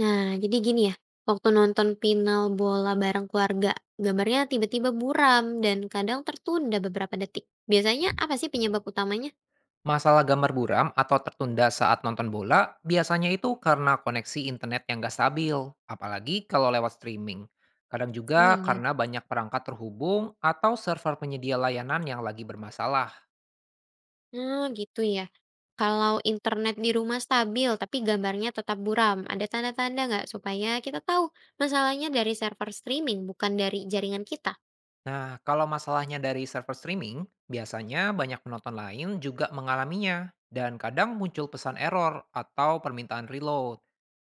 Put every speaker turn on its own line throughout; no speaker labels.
Nah, jadi gini ya, waktu nonton final bola bareng keluarga, gambarnya tiba-tiba buram dan kadang tertunda beberapa detik. Biasanya apa sih penyebab utamanya?
Masalah gambar buram atau tertunda saat nonton bola biasanya itu karena koneksi internet yang gak stabil, apalagi kalau lewat streaming. Kadang
Oh
juga
iya.
karena banyak perangkat terhubung atau server penyedia layanan yang lagi bermasalah.
Hmm, gitu ya. Kalau internet di rumah stabil tapi gambarnya tetap buram, ada tanda-tanda nggak supaya kita tahu masalahnya dari server streaming bukan dari jaringan kita?
Nah, kalau masalahnya dari server streaming, biasanya banyak penonton lain juga mengalaminya. Dan kadang muncul pesan error atau permintaan reload.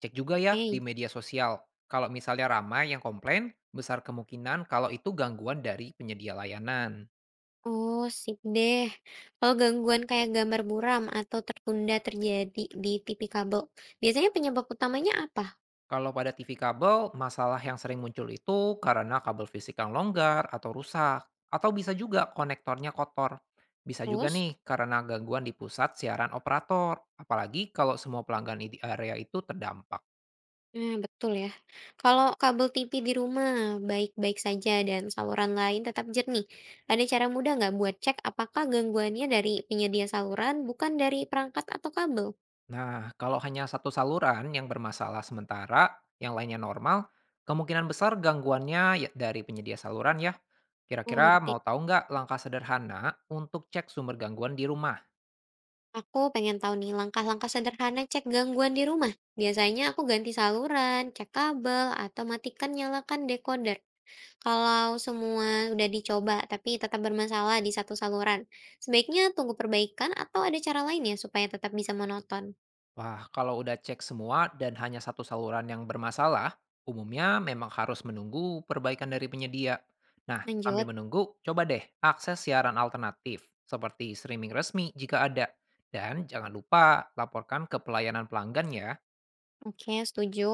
Cek juga ya di
Oke.
media sosial. Kalau misalnya ramai yang komplain, besar kemungkinan kalau itu gangguan dari penyedia layanan.
Oh, sip deh. Kalau gangguan kayak gambar buram atau tertunda terjadi di TV kabel, biasanya penyebab utamanya apa?
Kalau pada TV kabel, masalah yang sering muncul itu karena kabel fisik yang longgar atau rusak, atau bisa juga konektornya kotor. Bisa juga
Terus?
nih karena gangguan di pusat siaran operator, apalagi kalau semua pelanggan di area itu terdampak.
Nah, betul ya. Kalau kabel TV di rumah baik-baik saja dan saluran lain tetap jernih, ada cara mudah nggak buat cek apakah gangguannya dari penyedia saluran, bukan dari perangkat atau kabel?
Nah, kalau hanya satu saluran yang bermasalah sementara, yang lainnya normal, kemungkinan besar gangguannya ya dari penyedia saluran ya.
Oh,
Kira-kira
ngerti.
mau tahu nggak langkah sederhana untuk cek sumber gangguan di rumah?
Aku pengen tahu nih langkah-langkah sederhana cek gangguan di rumah. Biasanya aku ganti saluran, cek kabel, atau matikan nyalakan decoder. Kalau semua udah dicoba tapi tetap bermasalah di satu saluran, sebaiknya tunggu perbaikan atau ada cara lain ya supaya tetap bisa monoton.
Wah, kalau udah cek semua dan hanya satu saluran yang bermasalah, umumnya memang harus menunggu perbaikan dari penyedia. Nah,
Lanjut.
sambil menunggu, coba deh akses siaran alternatif seperti streaming resmi jika ada. Dan jangan lupa laporkan ke pelayanan pelanggan ya.
Oke, setuju.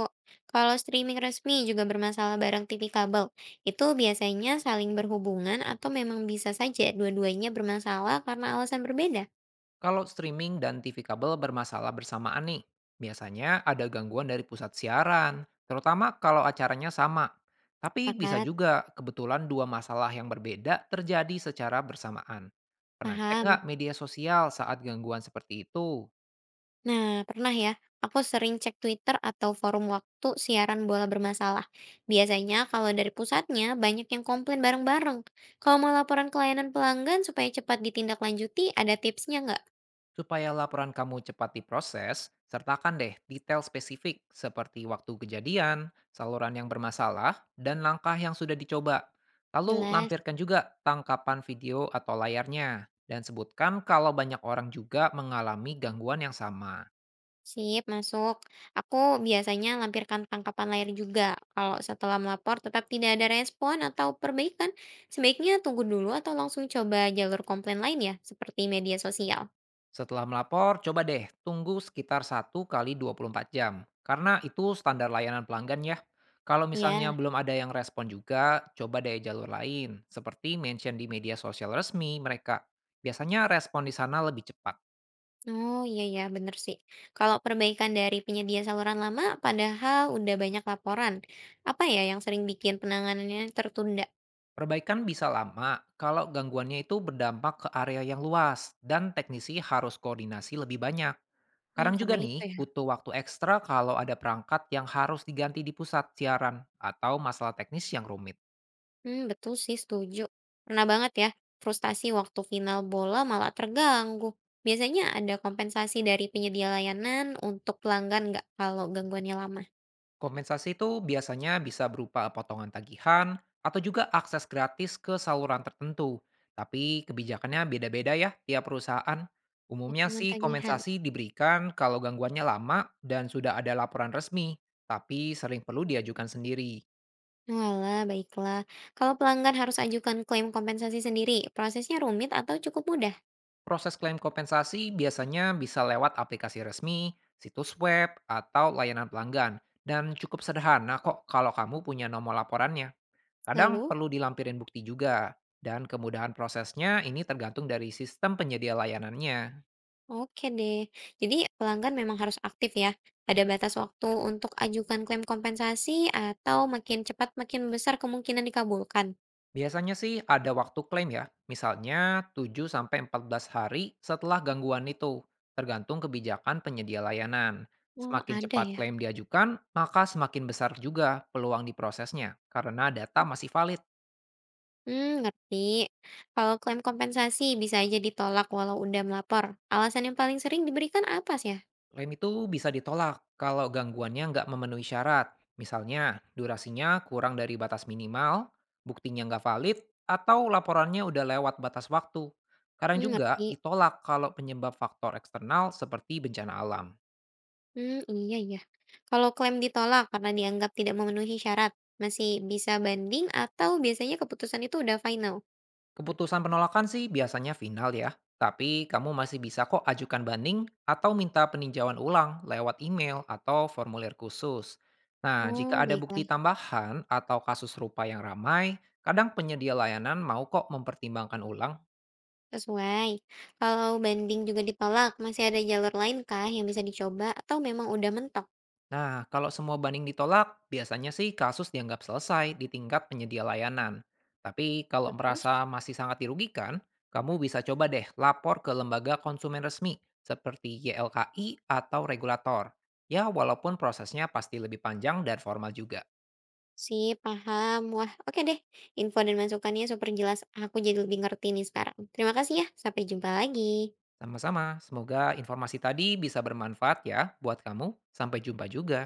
Kalau streaming resmi juga bermasalah bareng TV kabel, itu biasanya saling berhubungan atau memang bisa saja dua-duanya bermasalah karena alasan berbeda?
Kalau streaming dan TV kabel bermasalah bersamaan nih, biasanya ada gangguan dari pusat siaran, terutama kalau acaranya sama. Tapi bisa
Pakat,
juga kebetulan dua masalah yang berbeda terjadi secara bersamaan. Pernah cek
paham.
nggak media sosial saat gangguan seperti itu?
Nah, pernah ya, aku sering cek Twitter atau forum waktu siaran bola bermasalah. Biasanya kalau dari pusatnya banyak yang komplain bareng-bareng. Kalau mau laporan ke layanan pelanggan supaya cepat ditindaklanjuti, ada tipsnya nggak?
Supaya laporan kamu cepat diproses, sertakan deh detail spesifik seperti waktu kejadian, saluran yang bermasalah, dan langkah yang sudah dicoba. Lalu
Jelas.
lampirkan juga tangkapan video atau layarnya, dan sebutkan kalau banyak orang juga mengalami gangguan yang sama.
Sip, masuk. Aku biasanya lampirkan tangkapan layar juga. Kalau setelah melapor tetap tidak ada respon atau perbaikan, sebaiknya tunggu dulu atau langsung coba jalur komplain lain ya, seperti media sosial.
Setelah melapor, coba deh tunggu sekitar 1x24 jam. Karena itu standar layanan pelanggan ya. Kalau misalnya
Ya,
belum ada yang respon juga, coba deh jalur lain. Seperti mention di media sosial resmi mereka. Biasanya respon di sana lebih cepat.
oh iya ya, bener sih. Kalau perbaikan dari penyedia saluran lama, padahal udah banyak laporan, apa ya yang sering bikin penanganannya tertunda?
Perbaikan bisa lama kalau gangguannya itu berdampak ke area yang luas dan teknisi harus koordinasi lebih banyak.
Hmm,
Kadang juga
karena
nih
itu ya.
butuh waktu ekstra kalau ada perangkat yang harus diganti di pusat siaran atau masalah teknis yang rumit.
Hmm, betul sih, setuju. Pernah banget ya, frustasi waktu final bola malah terganggu. Biasanya ada kompensasi dari penyedia layanan untuk pelanggan nggak kalau gangguannya lama?
Kompensasi itu biasanya bisa berupa potongan tagihan atau juga akses gratis ke saluran tertentu. Tapi kebijakannya beda-beda ya tiap perusahaan. Umumnya
Potongan
sih
tagihan.
kompensasi diberikan kalau gangguannya lama dan sudah ada laporan resmi, tapi sering perlu diajukan sendiri.
Walah, baiklah. Kalau pelanggan harus ajukan klaim kompensasi sendiri, prosesnya rumit atau cukup mudah?
Proses klaim kompensasi biasanya bisa lewat aplikasi resmi, situs web, atau layanan pelanggan. Dan cukup sederhana kok kalau kamu punya nomor laporannya. Kadang
Lalu,
perlu dilampirin bukti juga, dan kemudahan prosesnya ini tergantung dari sistem penyedia layanannya.
oke deh. Jadi pelanggan memang harus aktif ya. Ada batas waktu untuk ajukan klaim kompensasi atau makin cepat makin besar kemungkinan dikabulkan?
Biasanya sih ada waktu klaim ya, misalnya 7 sampai 14 hari setelah gangguan itu, tergantung kebijakan penyedia layanan.
Oh,
Semakin
ada
cepat
ya.
klaim diajukan, maka semakin besar juga peluang diprosesnya, karena data masih valid.
Hmm, ngerti. Kalau klaim kompensasi bisa aja ditolak walau udah melapor, alasan yang paling sering diberikan apa sih ya?
Klaim itu bisa ditolak kalau gangguannya nggak memenuhi syarat. Misalnya, durasinya kurang dari batas minimal, buktinya nggak valid, atau laporannya udah lewat batas waktu. Kadang
Mmm,
juga
ngerti.
ditolak kalau penyebab faktor eksternal seperti bencana alam.
Hmm, iya, iya. Kalau klaim ditolak karena dianggap tidak memenuhi syarat, masih bisa banding atau biasanya keputusan itu udah final?
Keputusan penolakan sih biasanya final ya, tapi kamu masih bisa kok ajukan banding atau minta peninjauan ulang lewat email atau formulir khusus. Nah,
Oh,
jika ada
baiklah,
bukti tambahan atau kasus serupa yang ramai, kadang penyedia layanan mau kok mempertimbangkan ulang.
sesuai. Kalau banding juga ditolak, masih ada jalur lain kah yang bisa dicoba atau memang udah mentok?
Nah, kalau semua banding ditolak, biasanya sih kasus dianggap selesai di tingkat penyedia layanan. Tapi kalau
Terus?
merasa masih sangat dirugikan, kamu bisa coba deh lapor ke lembaga konsumen resmi seperti YLKI atau regulator. Ya, walaupun prosesnya pasti lebih panjang dan formal juga.
Sip, paham. Wah, oke deh. Info dan masukannya super jelas. Aku jadi lebih ngerti nih sekarang. Terima kasih ya. Sampai jumpa lagi.
Sama-sama, semoga informasi tadi bisa bermanfaat ya buat kamu. Sampai jumpa juga.